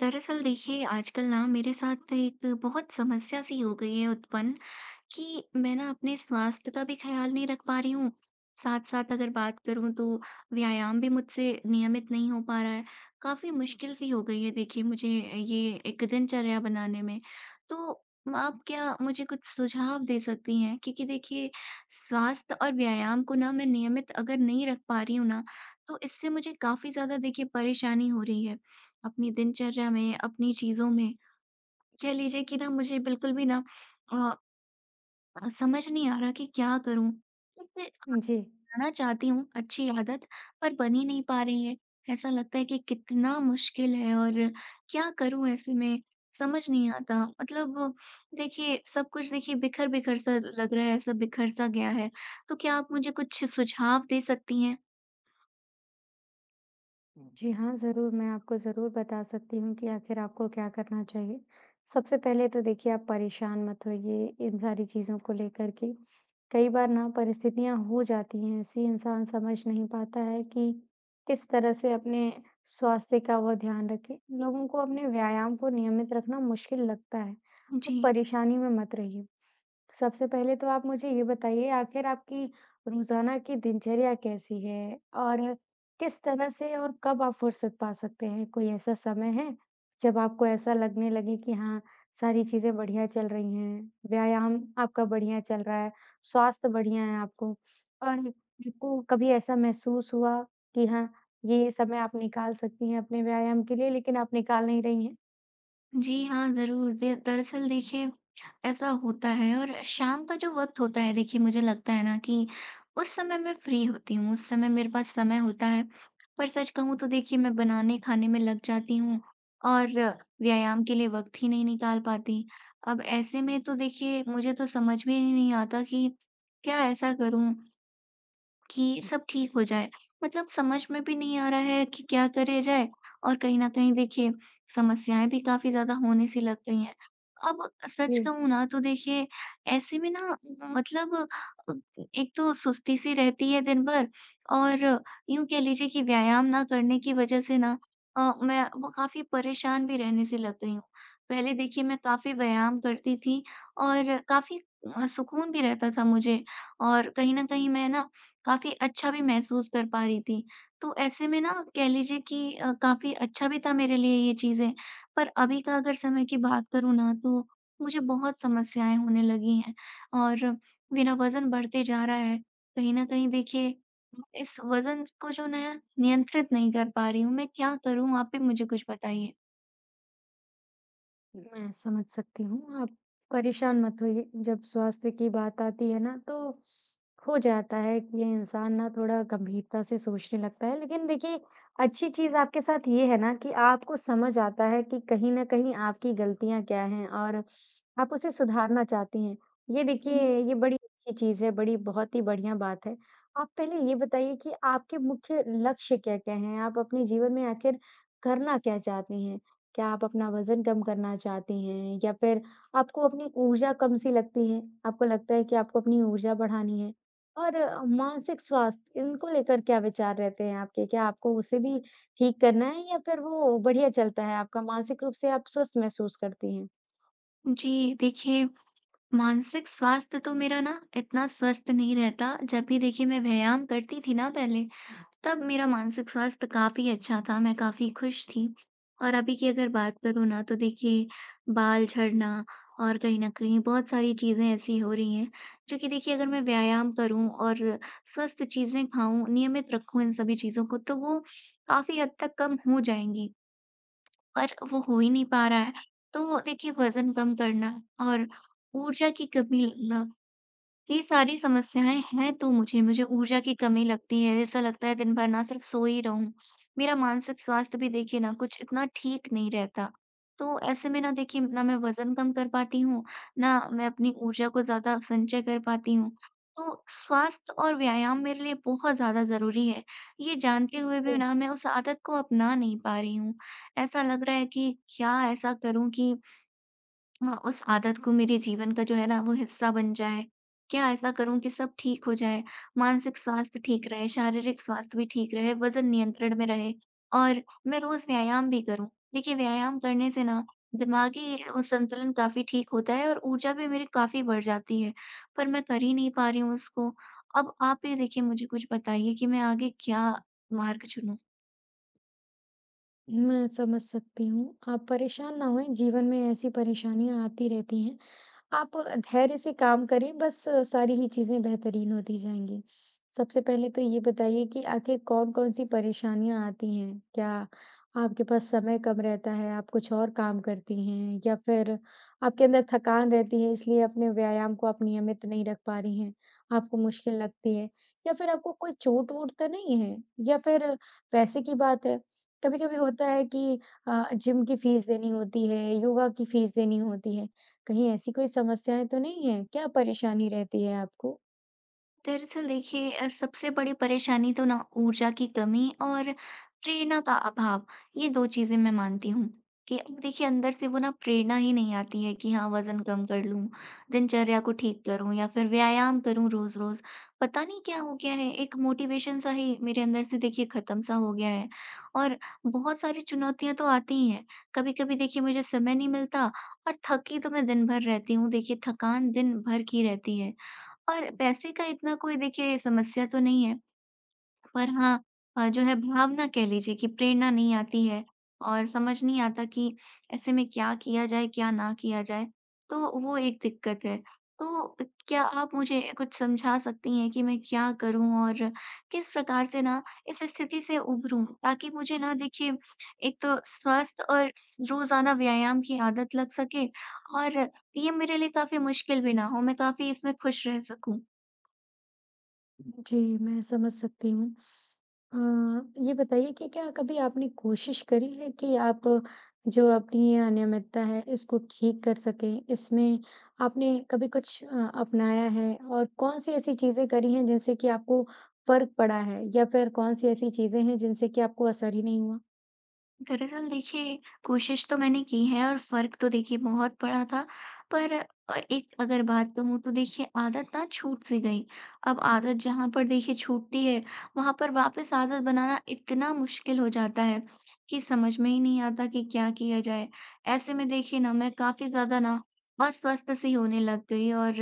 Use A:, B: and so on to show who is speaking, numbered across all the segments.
A: दरअसल देखिए, आजकल ना मेरे साथ एक बहुत समस्या सी हो गई है उत्पन्न, कि मैं ना अपने स्वास्थ्य का भी ख्याल नहीं रख पा रही हूँ। साथ-साथ अगर बात करूँ तो व्यायाम भी मुझसे नियमित नहीं हो पा रहा है। काफ़ी मुश्किल-सी हो गई है देखिए मुझे ये एक दिनचर्या बनाने में। तो आप क्या मुझे कुछ सुझाव दे सकती हैं? क्योंकि देखिए, स्वास्थ्य और व्यायाम को ना मैं नियमित अगर नहीं रख पा रही हूँ ना, तो इससे मुझे काफ़ी ज़्यादा देखिए परेशानी हो रही है। अपनी दिनचर्या में, अपनी चीज़ों में। कह लीजिए कि ना मुझे बिल्कुल भी ना अ, समझ नहीं आ रहा कि क्या करूँ? इससे
B: जी।
A: छुड़ाना चाहती हूँ अच्छी आदत, पर बन ही नहीं पा रही है। ऐसा लगता है कि कितना मुश्किल है, और क्या करूँ ऐसे में? समझ नहीं आता। मतलब देखिए सब कुछ देखिए बिखर-बिखर सा लग रहा है, ऐसा बिखर सा गया है। तो क्या आप मुझे कुछ सुझाव दे सकती हैं?
B: हुँ। जी हाँ, ज़रूर मैं आपको ज़रूर बता सकती हूँ कि आखिर आपको क्या करना चाहिए। सबसे पहले तो देखिए आप परेशान मत होइए इन सारी चीज़ों को लेकर के। कई बार ना परिस्थितियाँ हो जाती हैं ऐसी इंसान समझ नहीं पाता है कि किस तरह से अपने स्वास्थ्य का वो ध्यान रखे। लोगों को अपने व्यायाम को नियमित रखना मुश्किल लगता है। आप
A: जी।
B: परेशानी में मत रहिए। सबसे पहले तो आप मुझे ये बताइए आखिर आपकी रोज़ाना की दिनचर्या कैसी है? और किस तरह से और कब आप फुर्सत पा सकते हैं? कोई ऐसा समय है, जब आपको ऐसा लगने लगे कि हाँ, सारी चीज़ें बढ़िया चल रही हैं, व्यायाम आपका बढ़िया चल रहा है, स्वास्थ्य बढ़िया है आपको और आपको कभी ऐसा महसूस हुआ कि हाँ, ये समय आप निकाल सकती हैं अपने व्यायाम के लिए लेकिन आप निकाल नहीं रही हैं?
A: जी हाँ, ज़रूर। दे दरअसल देखिए, ऐसा होता है, और शाम का जो वक़्त होता है देखिए मुझे लगता है ना कि उस समय मैं फ्री होती हूँ, उस समय मेरे पास समय होता है। पर सच कहूँ तो देखिए मैं बनाने-खाने में लग जाती हूँ और व्यायाम के लिए वक़्त ही नहीं निकाल पाती। अब ऐसे में तो देखिए मुझे तो समझ में ही नहीं आता कि क्या ऐसा करूँ कि सब ठीक हो जाए। मतलब समझ में भी नहीं आ रहा है कि क्या करे जाए, और कहीं न कहीं देखिए समस्याएँ भी काफ़ी ज़्यादा होने सी लग गई हैं। अब
B: जी।
A: सच कहूँ ना तो देखिए ऐसे में ना, मतलब अ, एक तो सुस्ती सी रहती है दिन भर, और यूँ कह लीजिए कि व्यायाम ना करने की वज़ह से ना मैं वो काफ़ी परेशान भी रहने से लग गई हूँ। पहले देखिए मैं काफ़ी व्यायाम करती थी, और काफ़ी सुकून भी रहता था मुझे, और कहीं न कहीं मैं ना काफ़ी अच्छा भी महसूस कर पा रही थी। तो ऐसे में ना कह लीजिए कि काफ़ी अच्छा भी था मेरे लिए ये चीज़ें। पर अभी का अगर समय की बात करूँ ना तो मुझे बहुत समस्याएँ होने लगी हैं, और मेरा वज़न बढ़ते जा रहा है। कहीं न कहीं देखिए इस वज़न को जो ना नियंत्रित नहीं कर पा रही हूँ। मैं क्या करूँ? आप भी मुझे कुछ बताइए।
B: मैं समझ सकती हूँ, आप परेशान मत होइए। जब स्वास्थ्य की बात आती है ना, तो हो जाता है कि ये इंसान ना थोड़ा गंभीरता से सोचने लगता है। लेकिन देखिए, अच्छी चीज़ आपके साथ ये है ना कि आपको समझ आता है कि कहीं न कहीं आपकी गलतियाँ क्या हैं और आप उसे सुधारना चाहती हैं। ये देखिए,
A: जी।
B: ये बड़ी अच्छी चीज़ है, बड़ी बहुत ही बढ़िया बात है। आप पहले ये बताइए कि आपके मुख्य लक्ष्य क्या-क्या हैं? आप अपने जीवन में आखिर करना क्या चाहती हैं? क्या आप अपना वज़न कम करना चाहती हैं या फिर आपको अपनी ऊर्जा कम सी लगती है? आपको लगता है कि आपको अपनी ऊर्जा बढ़ानी है? और मानसिक स्वास्थ्य इनको लेकर क्या विचार रहते हैं आपके? क्या आपको उसे भी ठीक करना है या फिर वो बढ़िया चलता है आपका मानसिक रूप से आप स्वस्थ महसूस करती हैं?
A: जी, देखिए, मानसिक स्वास्थ्य तो मेरा ना इतना स्वस्थ नहीं रहता। जब भी देखिए मैं व्यायाम करती थी ना पहले, तब मेरा मानसिक स्वास्थ्य काफ़ी अच्छा था, मैं काफ़ी खुश थी। और अभी की अगर बात करूँ ना तो देखिए बाल झड़ना, और कहीं न कहीं बहुत सारी चीज़ें ऐसी हो रही हैं, जो कि देखिए अगर मैं व्यायाम करूँ और स्वस्थ चीज़ें खाऊँ, नियमित रखूँ इन सभी चीज़ों को, तो वो काफ़ी हद तक कम हो जाएँगी, पर वो हो ही नहीं पा रहा है। तो देखिए वज़न कम करना और ऊर्जा की कमी लगना, ये सारी समस्याएँ हैं, तो मुझे मुझे ऊर्जा की कमी लगती है। ऐसा लगता है दिन भर ना सिर्फ़ सोई रहूँ। मेरा मानसिक स्वास्थ्य भी देखिए ना कुछ इतना ठीक नहीं रहता। तो ऐसे में ना देखिए, ना मैं वज़न कम कर पाती हूँ, ना मैं अपनी ऊर्जा को ज़्यादा संचय कर पाती हूँ। तो स्वास्थ्य और व्यायाम मेरे लिए बहुत ज़्यादा ज़रूरी है। ये जानते हुए भी
B: जी।
A: ना मैं उस आदत को अपना नहीं पा रही हूँ। ऐसा लग रहा है कि क्या ऐसा करूँ कि हाँ, उस आदत को मेरे जीवन का जो है ना वो हिस्सा बन जाए। क्या ऐसा करूँ कि सब ठीक हो जाए, मानसिक स्वास्थ्य ठीक रहे, शारीरिक स्वास्थ्य भी ठीक रहे, वज़न नियंत्रण में रहे और मैं रोज़ व्यायाम भी करूँ। देखिए व्यायाम करने से ना दिमागी संतुलन काफ़ी ठीक होता है और ऊर्जा भी मेरी काफ़ी बढ़ जाती है, पर मैं कर ही नहीं पा रही हूँ उसको। अब आप ही देखिए मुझे कुछ बताइए कि मैं आगे क्या मार्ग चुनूँ?
B: मैं समझ सकती हूँ। आप परेशान ना होएँ, जीवन में ऐसी परेशानियाँ आती रहती हैं। आप धैर्य से काम करें, बस सारी ही चीज़ें बेहतरीन होती जाएँगी। सबसे पहले तो ये बताइए कि आखिर कौन-कौन सी परेशानियाँ आती हैं? क्या आपके पास समय कम रहता है, आप कुछ और काम करती हैं या फिर आपके अंदर थकान रहती है इसलिए अपने व्यायाम को आप नियमित नहीं रख पा रही हैं, आपको मुश्किल लगती है? या फिर आपको कोई चोट-वोट तो नहीं है? या फिर पैसे की बात है? कभी-कभी होता है कि जिम की फीस देनी होती है, योगा की फीस देनी होती है, कहीं ऐसी कोई समस्याएँ तो नहीं है? क्या परेशानी रहती है आपको?
A: दरअसल देखिए सबसे बड़ी परेशानी तो ना ऊर्जा की कमी और प्रेरणा का अभाव, ये दो चीजें मैं मानती हूँ कि अब देखिए अंदर से वो ना प्रेरणा ही नहीं आती है कि हाँ, वजन कम कर लूँ, दिनचर्या को ठीक करूँ या फिर व्यायाम करूँ रोज रोज। पता नहीं क्या हो गया है, एक मोटिवेशन सा ही मेरे अंदर से देखिए खत्म सा हो गया है। और बहुत सारी चुनौतियां तो आती ही हैं, कभी कभी देखिए मुझे समय नहीं मिलता, और थकी तो मैं दिन भर रहती हूँ, देखिए थकान दिन भर की रहती है। और पैसे का इतना कोई देखिए समस्या तो नहीं है, पर हाँ, जो है भावना कह लीजिए कि प्रेरणा नहीं आती है, और समझ नहीं आता कि ऐसे में क्या किया जाए, क्या ना किया जाए, तो वो एक दिक्कत है। तो क्या आप मुझे कुछ समझा सकती हैं कि मैं क्या करूँ और किस प्रकार से ना इस स्थिति से उभरूँ? ताकि मुझे ना देखिए एक तो स्वस्थ और स रोज़ाना व्यायाम की आदत लग सके, और ये मेरे लिए काफ़ी मुश्किल भी ना हो, मैं काफ़ी इसमें खुश रह सकूँ।
B: जी, मैं समझ सकती हूँ। ये बताइए कि क्या कभी आपने कोशिश करी है कि आप जो अपनी ये अनियमितता है, इसको ठीक कर सकें? इसमें आपने कभी कुछ अपनाया है और कौन-सी ऐसी चीज़ें करी हैं जिनसे कि आपको फ़र्क पड़ा है? या फिर कौन-सी ऐसी चीज़ें हैं जिनसे कि आपको असर ही नहीं हुआ?
A: दरअसल देखिए, कोशिश तो मैंने की है और फ़र्क तो देखिए बहुत पड़ा था। पर एक अगर बात कहूँ तो देखिए आदत ना छूट-सी गई। अब आदत जहाँ पर देखिए छूटती है, वहाँ पर वापस आदत बनाना इतना मुश्किल हो जाता है कि समझ में ही नहीं आता कि क्या किया जाए। ऐसे में देखिए ना मैं काफ़ी ज़्यादा ना अस्वस्थ-सी होने लग गई, और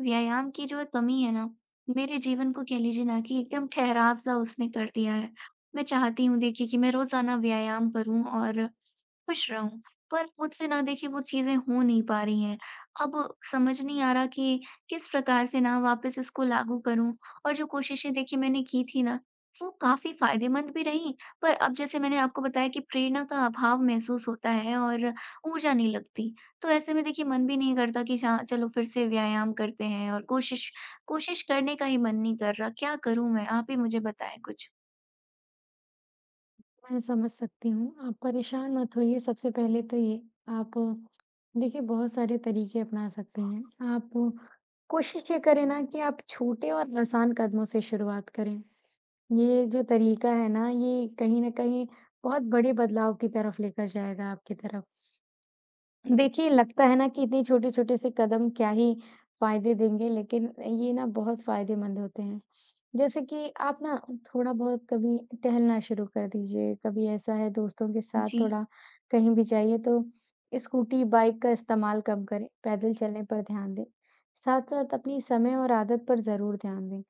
A: व्यायाम की जो कमी है ना, मेरे जीवन को कह लीजिए ना कि एकदम ठहराव-सा उसने कर दिया है। मैं चाहती हूँ देखिए कि मैं रोज़ाना व्यायाम करूँ और खुश रहूँ, पर मुझसे ना देखिए वो चीज़ें हो नहीं पा रही हैं। अब समझ नहीं आ रहा कि किस प्रकार से ना वापस इसको लागू करूँ, और जो कोशिशें देखिए मैंने की थी ना, वो काफ़ी फ़ायदेमंद भी रहीं, पर अब जैसे मैंने आपको बताया कि प्रेरणा का अभाव महसूस होता है और ऊर्जा नहीं लगती। तो ऐसे में देखिए मन भी नहीं करता कि चा चलो फिर से व्यायाम करते हैं, और कोशिश कोशिश करने का ही मन नहीं कर रहा। क्या करूँ मैं? आप ही मुझे बताएँ कुछ।
B: मैं समझ सकती हूँ। आप परेशान मत होइए। सबसे पहले तो ये आप देखिए बहुत सारे तरीके अपना सकते हैं। आप कोशिश ये करें ना कि आप छोटे और आसान कदमों से शुरुआत करें। ये जो तरीका है ना ये कहीं न कहीं बहुत बड़े बदलाव की तरफ लेकर जाएगा आपकी तरफ। देखिए, लगता है ना कि इतनी छोटे-छोटे से कदम क्या ही फ़ायदे देंगे, लेकिन ये ना बहुत फ़ायदेमंद होते हैं। जैसे कि आप ना थोड़ा-बहुत कभी टहलना शुरू कर दीजिए, कभी ऐसा है दोस्तों के साथ
A: जी।
B: थोड़ा कहीं भी जाइए तो स्कूटी, बाइक का इस्तेमाल कम करें, पैदल चलने पर ध्यान दें। साथ-साथ अपनी समय और आदत पर ज़रूर ध्यान दें।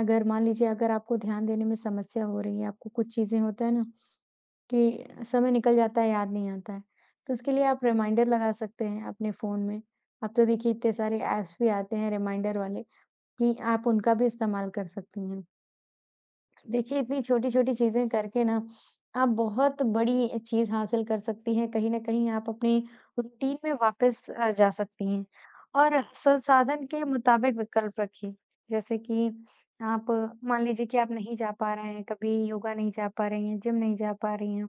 B: अगर मान लीजिए अगर आपको ध्यान देने में समस्या हो रही है, आपको कुछ चीज़ें होता है ना कि समय निकल जाता है, याद नहीं आता है। तो उसके लिए आप रिमाइंडर लगा सकते हैं अपने फ़ोन में। अब तो देखिए इतने सारे ऐप्स भी आते हैं रिमाइंडर वाले कि आप उनका भी इस्तेमाल कर सकती हैं। देखिए, इतनी छोटी-छोटी चीज़ें करके ना, आप बहुत बड़ी चीज़ हासिल कर सकती हैं। कहीं न कहीं आप अपनी रूटीन में वापस जा सकती हैं और संसाधन के मुताबिक विकल्प रखिए। जैसे कि आप मान लीजिए कि आप नहीं जा पा रहे हैं, कभी योगा नहीं जा पा रही हैं, जिम नहीं जा पा रही हैं,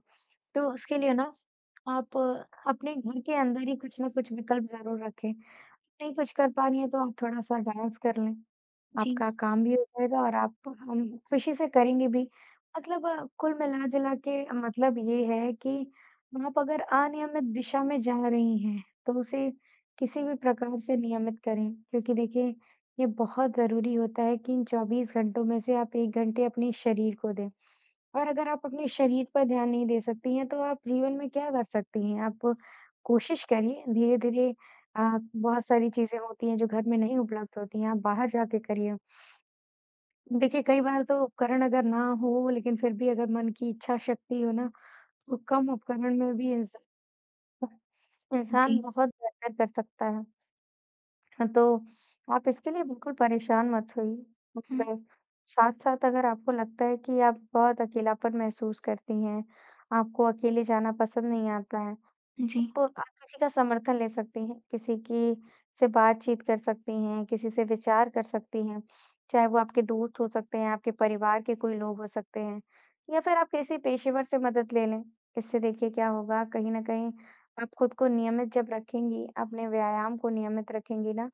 B: तो उसके लिए ना आप अपने घर के अंदर ही कुछ ना कुछ विकल्प ज़रूर रखें। नहीं कुछ कर पा रही हैं, तो आप थोड़ा-सा डांस कर लें।
A: जी।
B: आपका काम भी हो जाएगा और आप हम खुशी से करेंगे भी। मतलब कुल मिला-जुला के मतलब ये है कि आप अगर अनियमित दिशा में जा रही हैं, तो उसे किसी भी प्रकार से नियमित करें। क्योंकि देखिए, ये बहुत ज़रूरी होता है कि इन 24 घंटों में से आप 1 घंटे अपने शरीर को दें। और अगर आप अपने शरीर पर ध्यान नहीं दे सकती हैं, तो आप जीवन में क्या कर सकती हैं? आप कोशिश करिए धीरे-धीरे। बहुत सारी चीज़ें होती हैं जो घर में नहीं उपलब्ध होती हैं, आप बाहर जाके करिए। देखिए, कई बार तो उपकरण अगर ना हो, लेकिन फिर भी अगर मन की इच्छा शक्ति हो ना, तो कम उपकरण में भी इंसान इंसान
A: जी।
B: बहुत बेहतर कर सकता है। हाँ, तो आप इसके लिए बिल्कुल परेशान मत होइए।
A: हुँ।
B: और साथ-साथ अगर आपको लगता है कि आप बहुत अकेलापन महसूस करती हैं, आपको अकेले जाना पसंद नहीं आता है,
A: जी।
B: आप किसी का समर्थन ले सकती हैं, किसी की से बातचीत कर सकती हैं, किसी से विचार कर सकती हैं। चाहे वो आपके दोस्त हो सकते हैं, आपके परिवार के कोई लोग हो सकते हैं या फिर आप किसी पेशेवर से मदद ले लें। इससे देखिए क्या होगा कहीं न कहीं आप खुद को नियमित जब रखेंगी, अपने व्यायाम को नियमित रखेंगी ना,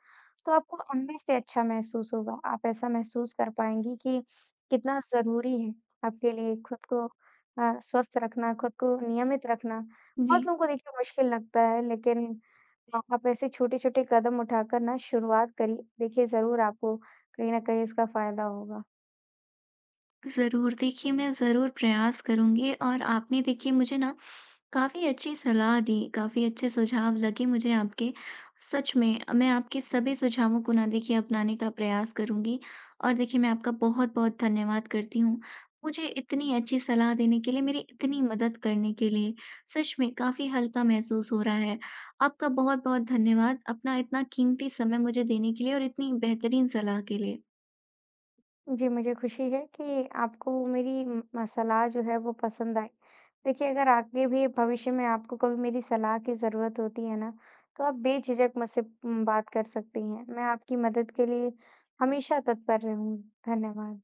B: तो आपको अंदर से अच्छा महसूस होगा। आप ऐसा महसूस कर पाएँगी कि कितना ज़रूरी है आपके लिए खुद को स्वस्थ रखना, खुद को नियमित रखना।
A: जी।
B: बहुत लोगों को देखिए मुश्किल लगता है लेकिन आप ऐसे छोटे-छोटे कदम उठाकर ना शुरुआत करिए, देखिए ज़रूर आपको कहीं न कहीं इसका फ़ायदा होगा।
A: ज़रूर, देखिए मैं ज़रूर प्रयास करूँगी, और आपने देखिए मुझे ना काफ़ी अच्छी सलाह दी, काफ़ी अच्छे सुझाव लगे मुझे आपके। सच में मैं आपके सभी सुझावों को ना देखिए अपनाने का प्रयास करूँगी, और देखिए मैं आपका बहुत-बहुत धन्यवाद करती हूँ। मुझे इतनी अच्छी सलाह देने के लिए, मेरी इतनी मदद करने के लिए, सच में काफ़ी हल्का महसूस हो रहा है। आपका बहुत-बहुत धन्यवाद, अपना इतना कीमती समय मुझे देने के लिए और इतनी बेहतरीन सलाह के लिए।
B: जी, मुझे खुशी है कि आपको मेरी सलाह जो है वो पसंद आई। देखिए अगर आगे भी भविष्य में आपको कभी मेरी सलाह की ज़रूरत होती है ना, तो आप बेझिझक मुझसे बात कर सकती हैं। मैं आपकी मदद के लिए हमेशा तत्पर रहूँगी। धन्यवाद।